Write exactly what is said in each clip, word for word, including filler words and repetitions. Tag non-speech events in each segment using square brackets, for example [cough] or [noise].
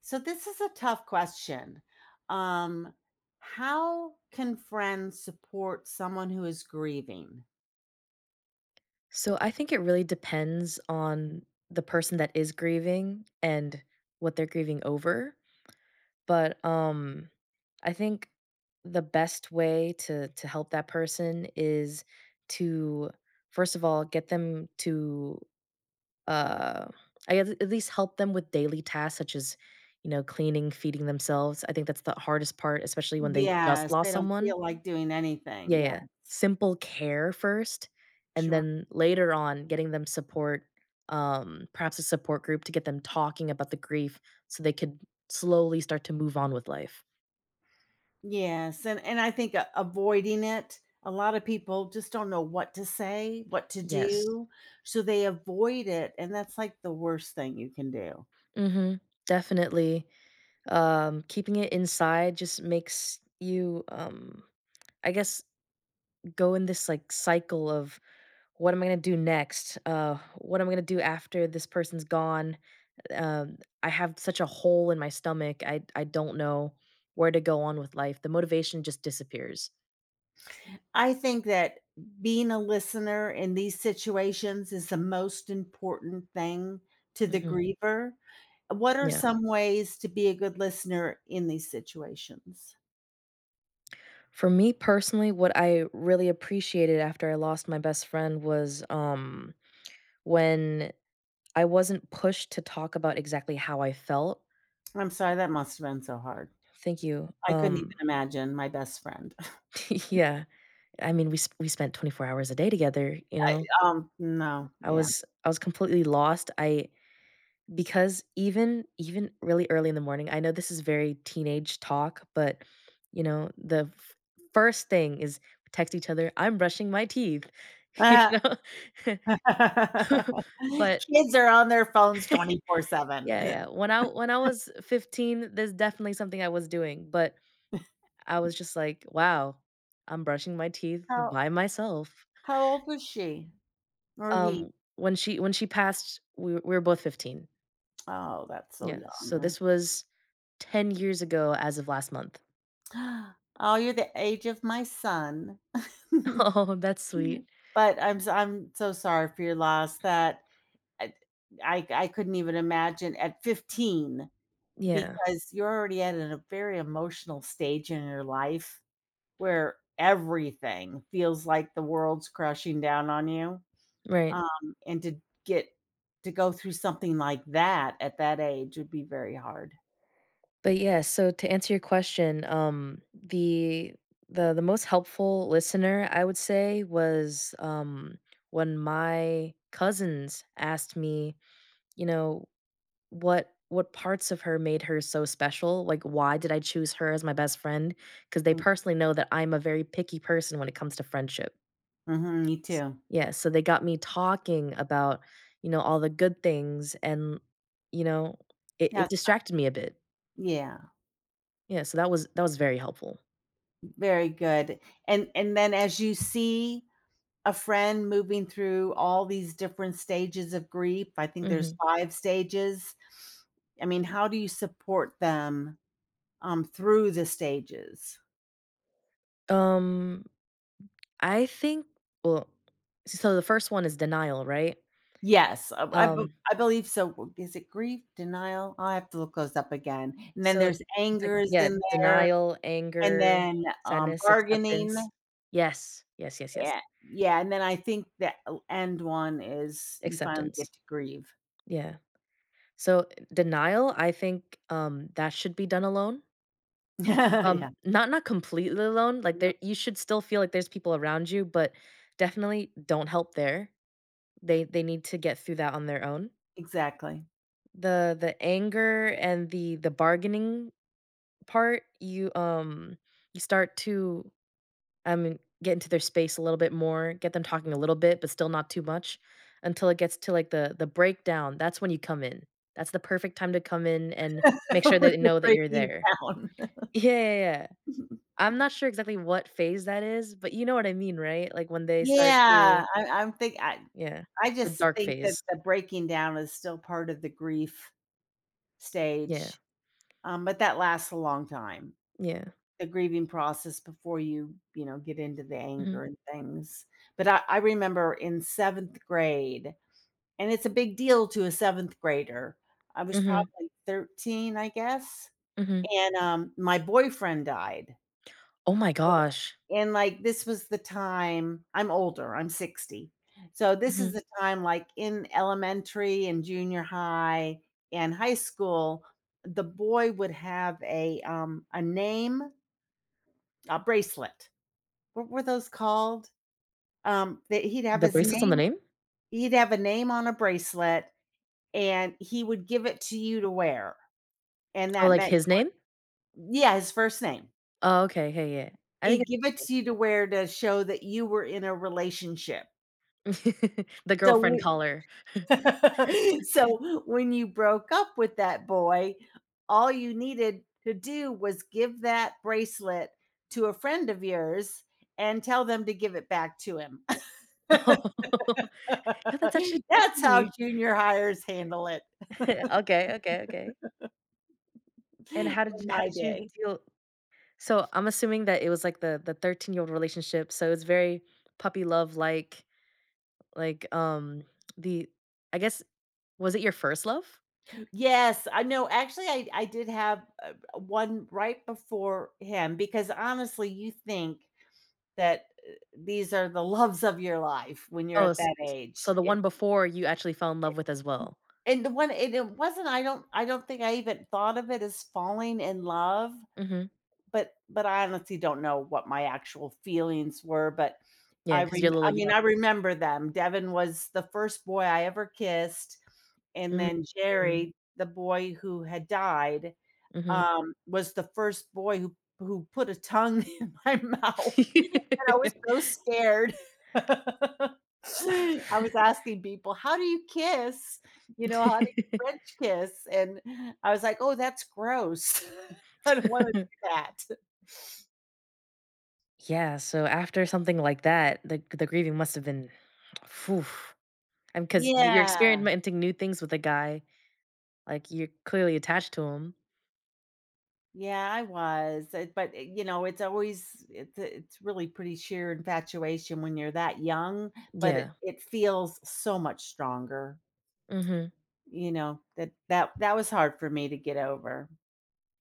So this is a tough question. Um, how can friends support someone who is grieving? So I think it really depends on the person that is grieving and what they're grieving over. But um I think the best way to to help that person is to first of all get them to uh I guess at least help them with daily tasks such as you know cleaning, feeding themselves. I think that's the hardest part especially when they just Yes, lost they don't someone feel like doing anything. yeah, Yeah, yeah. Simple care first, and sure. then later on getting them support, um, perhaps a support group to get them talking about the grief so they could slowly start to move on with life. Yes, and and I think a- avoiding it. A lot of people just don't know what to say, what to Yes. do, so they avoid it, and that's like the worst thing you can do. Mhm. Definitely. Um, keeping it inside just makes you, um, I guess, go in this like cycle of what am I gonna do next? Uh, what am I gonna do after this person's gone? Um, I have such a hole in my stomach. I I don't know where to go on with life. The motivation just disappears. I think that being a listener in these situations is the most important thing to the Mhm. griever. What are Yeah. some ways to be a good listener in these situations? For me personally, what I really appreciated after I lost my best friend was um when I wasn't pushed to talk about exactly how I felt. I'm sorry, that must have been so hard. Thank you. I couldn't even Um imagine my best friend. [laughs] [laughs] yeah. I mean, we sp- we spent twenty-four hours a day together, you I know. um, no, I yeah. was I was completely lost. I because even even really early in the morning I know this is very teenage talk, but, you know, the f first thing is text each other, "I'm brushing my teeth," [laughs] you [laughs] know? [laughs] But Kids are on their phones [laughs] twenty-four seven. yeah, yeah. When I when I was fifteen, there's definitely something I was doing, but I was just like, "Wow, I'm brushing my teeth How by myself." how old was she or he? Um, when she when she passed, we we were both fifteen. Oh, that's so Yeah, so young. this was ten years ago as of last month. [gasps] Oh, you're the age of my son. [laughs] [laughs] Oh, that's sweet. But I'm s I'm so sorry for your loss that I I I couldn't even imagine at fifteen, Yeah, because you're already at a very emotional stage in your life where everything feels like the world's crushing down on you. right. Um, and to get to go through something like that at that age would be very hard. But yeah, so to answer your question, um, the the the most helpful listener I would say was um when my cousins asked me, you know, what what parts of her made her so special? Like why did I choose her as my best friend? Because they Mm, personally know that I'm a very picky person when it comes to friendship. mhm, me too. Yes, so they got me talking about, you know, all the good things and, you know, it it Yes, distracted me a bit. yeah, Yeah, so that was that was very helpful. very good. And and then as you see a friend moving through all these different stages of grief, I think there's Mhm. five stages. I mean, how do you support them, um, through the stages? Um, I think well, so the first one is denial, right? Yes, I I be- Um, I believe so. Is it grief, denial? I have to look those up again, and then so there's it's like, angers yeah, in there, denial, and anger, then, um, sadness, bargaining, acceptance. Yes, yes, yes, yes. yeah, yeah, and then I think the end one is you finally Acceptance. get to grieve. Yeah. So denial, I think um that should be done alone. [laughs] Um, Yeah. not not completely alone, like, Yeah, there you should still feel like there's people around you, but definitely don't help there. They they need to get through that on their own. exactly. The the anger and the the bargaining part, you, um you start to, I mean, get into their space a little bit more, get them talking a little bit, but still not too much, until it gets to, like, the the breakdown, that's when you come in. That's the perfect time to come in and make sure [laughs] that When they you're know that you're breaking there. down. Yeah, yeah, yeah. [laughs] I'm not sure exactly what phase that is, but you know what I mean, right? Like, when they start Yeah, to I I'm think I yeah, I the just dark think that phase. the breaking down is still part of the grief Yeah, stage, um, but that lasts a long time. yeah. The grieving process before you, you know, get into the Mhm, anger and things. But I, I remember in seventh grade, and it's a big deal to a seventh grader. I was mhm, probably thirteen, I guess. mhm. And um, my boyfriend died. Oh my Yeah. gosh. And like this was the time, I'm older, I'm sixty. So this is Mhm. the time, like in elementary and junior high and high school, the boy would have a um a name, a bracelet, what were those called? Um, that he'd have The his bracelet's on the name name? he'd have a name on a bracelet, and he would give it to you to wear, and Oh, that like, meant— his name? yeah, his first name. Oh, okay, hey, yeah. I think He'd give it it's to you to wear to show that you were in a relationship. [laughs] the So girlfriend we collar. [laughs] So when you broke up with that boy, all you needed to do was give that bracelet to a friend of yours and tell them to give it back to him. [laughs] Oh. Yeah, that's actually [laughs] so That's how funny. junior hires handle it. [laughs] Okay, okay, okay. And how In did how my did you day. deal so I'm assuming that it was, like, the the thirteen-year-old relationship, so it's very puppy love-like. Like, um, the I guess was it your first love? Yes, I know, actually, I I did have, uh, one right before him, because honestly, you think that, uh, these are the [laughs] loves of your life when you're Oh, at s that s age. so the It's one before you actually fell in love with as well. and the one and it wasn't I don't I don't think I even thought of it as falling in love, Mhm. but but I honestly don't know what my actual feelings were, but I Because 'cause you're rem a little I mean, young. I remember them. Devin was the first boy I ever kissed, and then Mhm. Jerry, the boy who had died, Mhm. um, was the first boy who who put a tongue [laughs] in my mouth, [laughs] and I was so [laughs] scared. [laughs] I was asking people, "How do you kiss?" You know, "How do [laughs] you French kiss?" And I was like, "Oh, that's gross. [laughs] I don't wanna do that." [laughs] Yeah, so after something like that, the the grieving must have been phew. And 'cause because you're Yeah. experimenting new things with a guy, like, you're clearly attached to him. Yeah, I was, uh, but, eh, you know, it's always it's it's really pretty sheer infatuation when you're that young, but it Yeah. it feels so much stronger, Mhm. you know, that that that was hard for me to get over.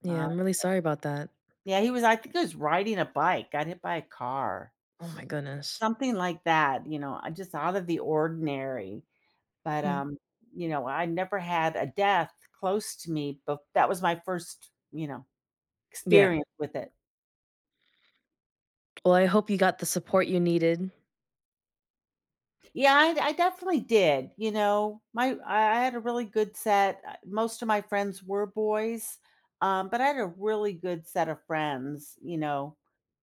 Yeah, Uh, I'm really sorry about that. yeah, he was I think he was riding a bike, got hit by a car, Oh my goodness. something like that, you know, uh, just out of the ordinary, but, Hmm. um, you know, I never had a death close to me, but that was my first, you know, Yeah. experience with it. Well, I hope you got the support you needed. Yeah, I I definitely did, you know, my I I had a really good set, uh, most of my friends were boys, um, but I had a really good set of friends, you know,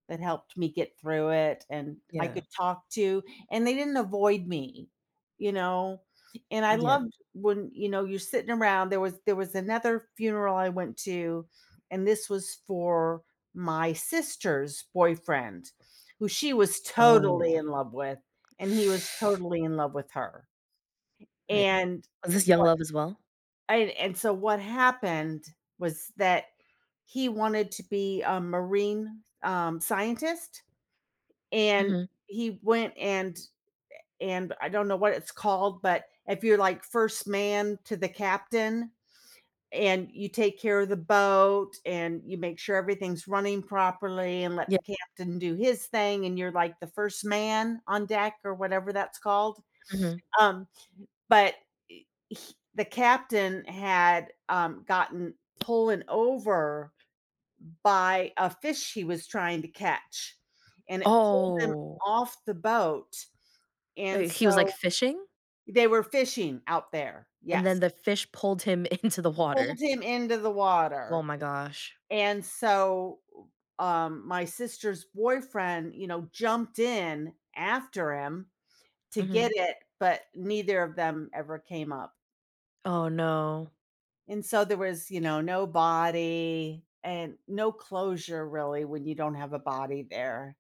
that helped me get through it and I Yeah. could talk to, and they didn't avoid me, you know? And I Yeah. loved when, you know, you're sitting around. There was there was another funeral I went to, and this was for my sister's boyfriend, who she was Oh. totally in love with, and he was [sighs] totally in love with her. Man. And Was this young love as well? and and so what happened was that he wanted to be a marine, um, scientist, and Mhm. he went, and and I don't know what it's called, but if you're like first man to the captain, and you take care of the boat and you make sure everything's running properly and let Yeah. the captain do his thing and you're like the first man on deck or whatever that's called. Mhm. Um, but he, the captain had, um, gotten pulling over by a fish he was trying to catch, and it pulled him Oh. off the boat, and Wait, he was, like, so fishing, they were fishing out there, and then yes. the fish pulled him [laughs] into the Pulled water. him into the Oh water, my gosh. and so, um, my sister's boyfriend, you know, jumped in after him to get Mhm. it, but neither of them ever came up. Oh, no. And so there was, you know, no body and no closure really when you don't have a body there,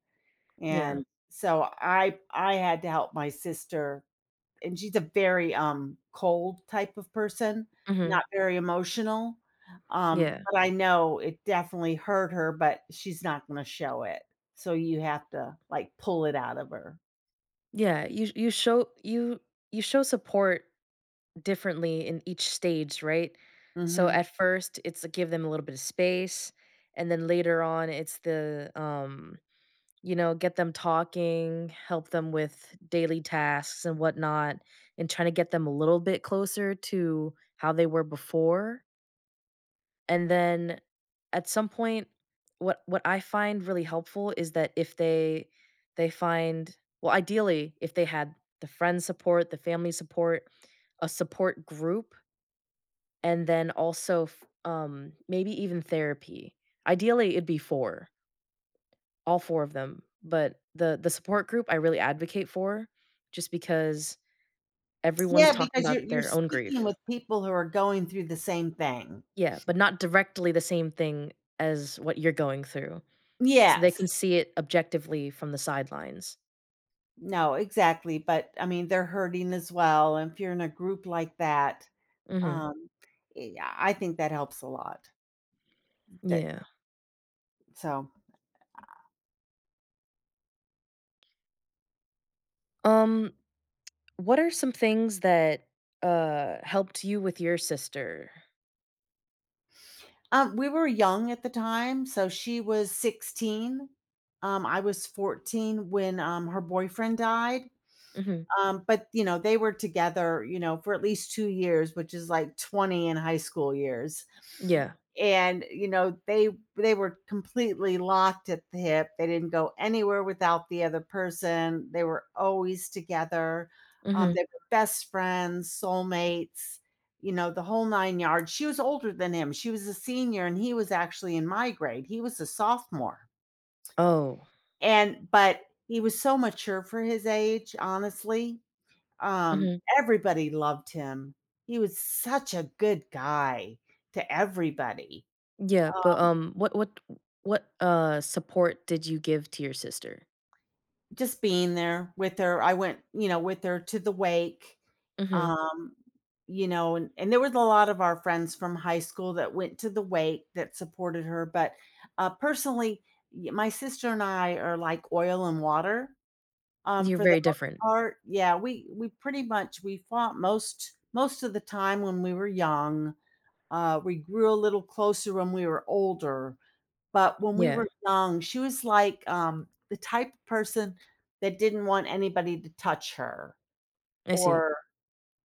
Yeah. and so I I had to help my sister, and she's a very, um, cold type of person, Mhm. not very emotional, um, Yeah. but I know it definitely hurt her, but she's not gonna show it. So you have to, like, pull it out of her. Yeah, you you show you you show support differently in each stage, right? So, Mhm. at first, it's like give them a little bit of space, and then later on, it's the, um you know, get them talking, help them with daily tasks and whatnot, and trying to get them a little bit closer to how they were before. And then at some point, what what I find really helpful is that if they they find well, ideally, if they had the friend support, the family support, a support group, and then also f- um, maybe even therapy. Ideally, it'd be four all four of them, but the the support group I really advocate for just because everyone's Yeah, talking because you're about you're their own speaking grief. with people who are going through the same thing. Yeah, but not directly the same thing as what you're going through, so they can Yes. see it objectively from the sidelines. No, exactly, but, I mean, they're hurting as well, and if you're in a group like that, Mhm. um, eh, I think that helps a lot. That Yeah. so Um, what are some things that, uh, helped you with your sister? Um, we were young at the time, so she was sixteen. Um, I was fourteen when, um, her boyfriend died, Mhm. um, but, you know, they were together, you know, for at least two years, which is like twenty in high school years. Yeah. And, you know, they they were completely locked at the hip. They didn't go anywhere without the other person. They were always together. Um, Mhm. they were best friends, soulmates, you know, the whole nine yards. She was older than him. She was a senior and he was actually in my grade. He was a sophomore. Oh. And but he was so mature for his age, honestly. Um, Mhm. everybody loved him. He was such a good guy to everybody. Yeah, but, um, what what what, uh, support did you give to your sister? Just being there with her, I went, you know, with her to the wake. Mhm. Um, you know, and, and there was a lot of our friends from high school that went to the wake that supported her. But uh, personally, y- my sister and I are like oil and water, um, You're for the very most different. part. Yeah, we we pretty much we fought most most of the time when we were young. Uh, we grew a little closer when we were older, but when we Yeah, were young, she was like, um, the type of person that didn't want anybody to touch her, I see. or,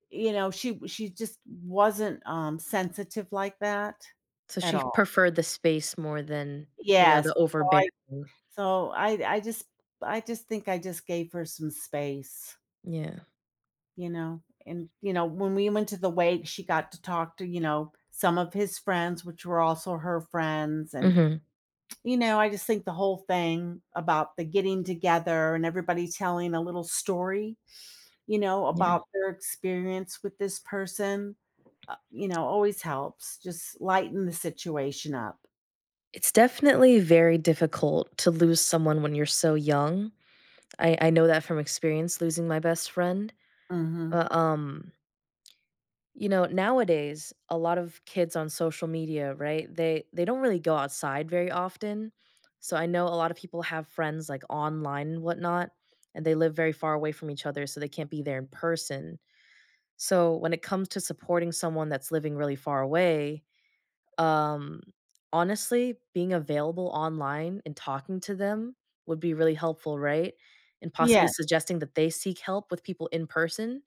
you know, she she just wasn't, um, sensitive like that So at she all. preferred the space more than, you know, Yes. the So overbearing. I so I I just I just think I just gave her some space, Yeah. you know? And, you know, when we went to the wake, she got to talk to, you know, some of his friends, which were also her friends, and Mhm. you know, I just think the whole thing about the getting together and everybody telling a little story, you know, about Yeah. their experience with this person, uh, you know, always helps. Just lighten the situation up. It's definitely very difficult to lose someone when you're so young. I I know that from experience losing my best friend. Mhm. But, um, you know, nowadays, a lot of kids on social media, right? They they don't really go outside very often. So I know a lot of people have friends, like, online and whatnot, and they live very far away from each other, so they can't be there in person. So when it comes to supporting someone that's living really far away, um, honestly, being available online and talking to them would be really helpful, right? And possibly Yeah. suggesting that they seek help with people in person.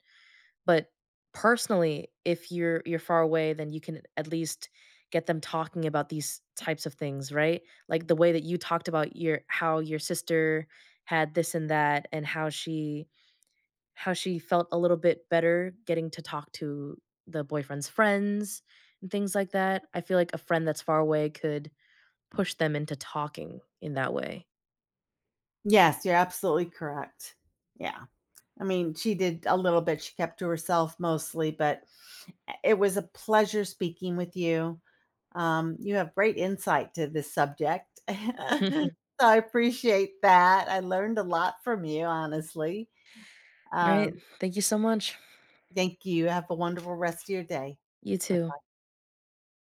But personally, if you're you're far away, then you can at least get them talking about these types of things, right? Like the way that you talked about your how your sister had this and that and how she how she felt a little bit better getting to talk to the boyfriend's friends and things like that. I feel like a friend that's far away could push them into talking in that way. Yes, you're absolutely correct. Yeah. I mean, she did a little bit. She kept to herself mostly, but it was a pleasure speaking with you. Um, you have great insight to this subject. [laughs] [laughs] All So I appreciate that. I learned a lot from you, honestly. right. Um, Thank you so much. thank you. Have a wonderful rest of your day. You too.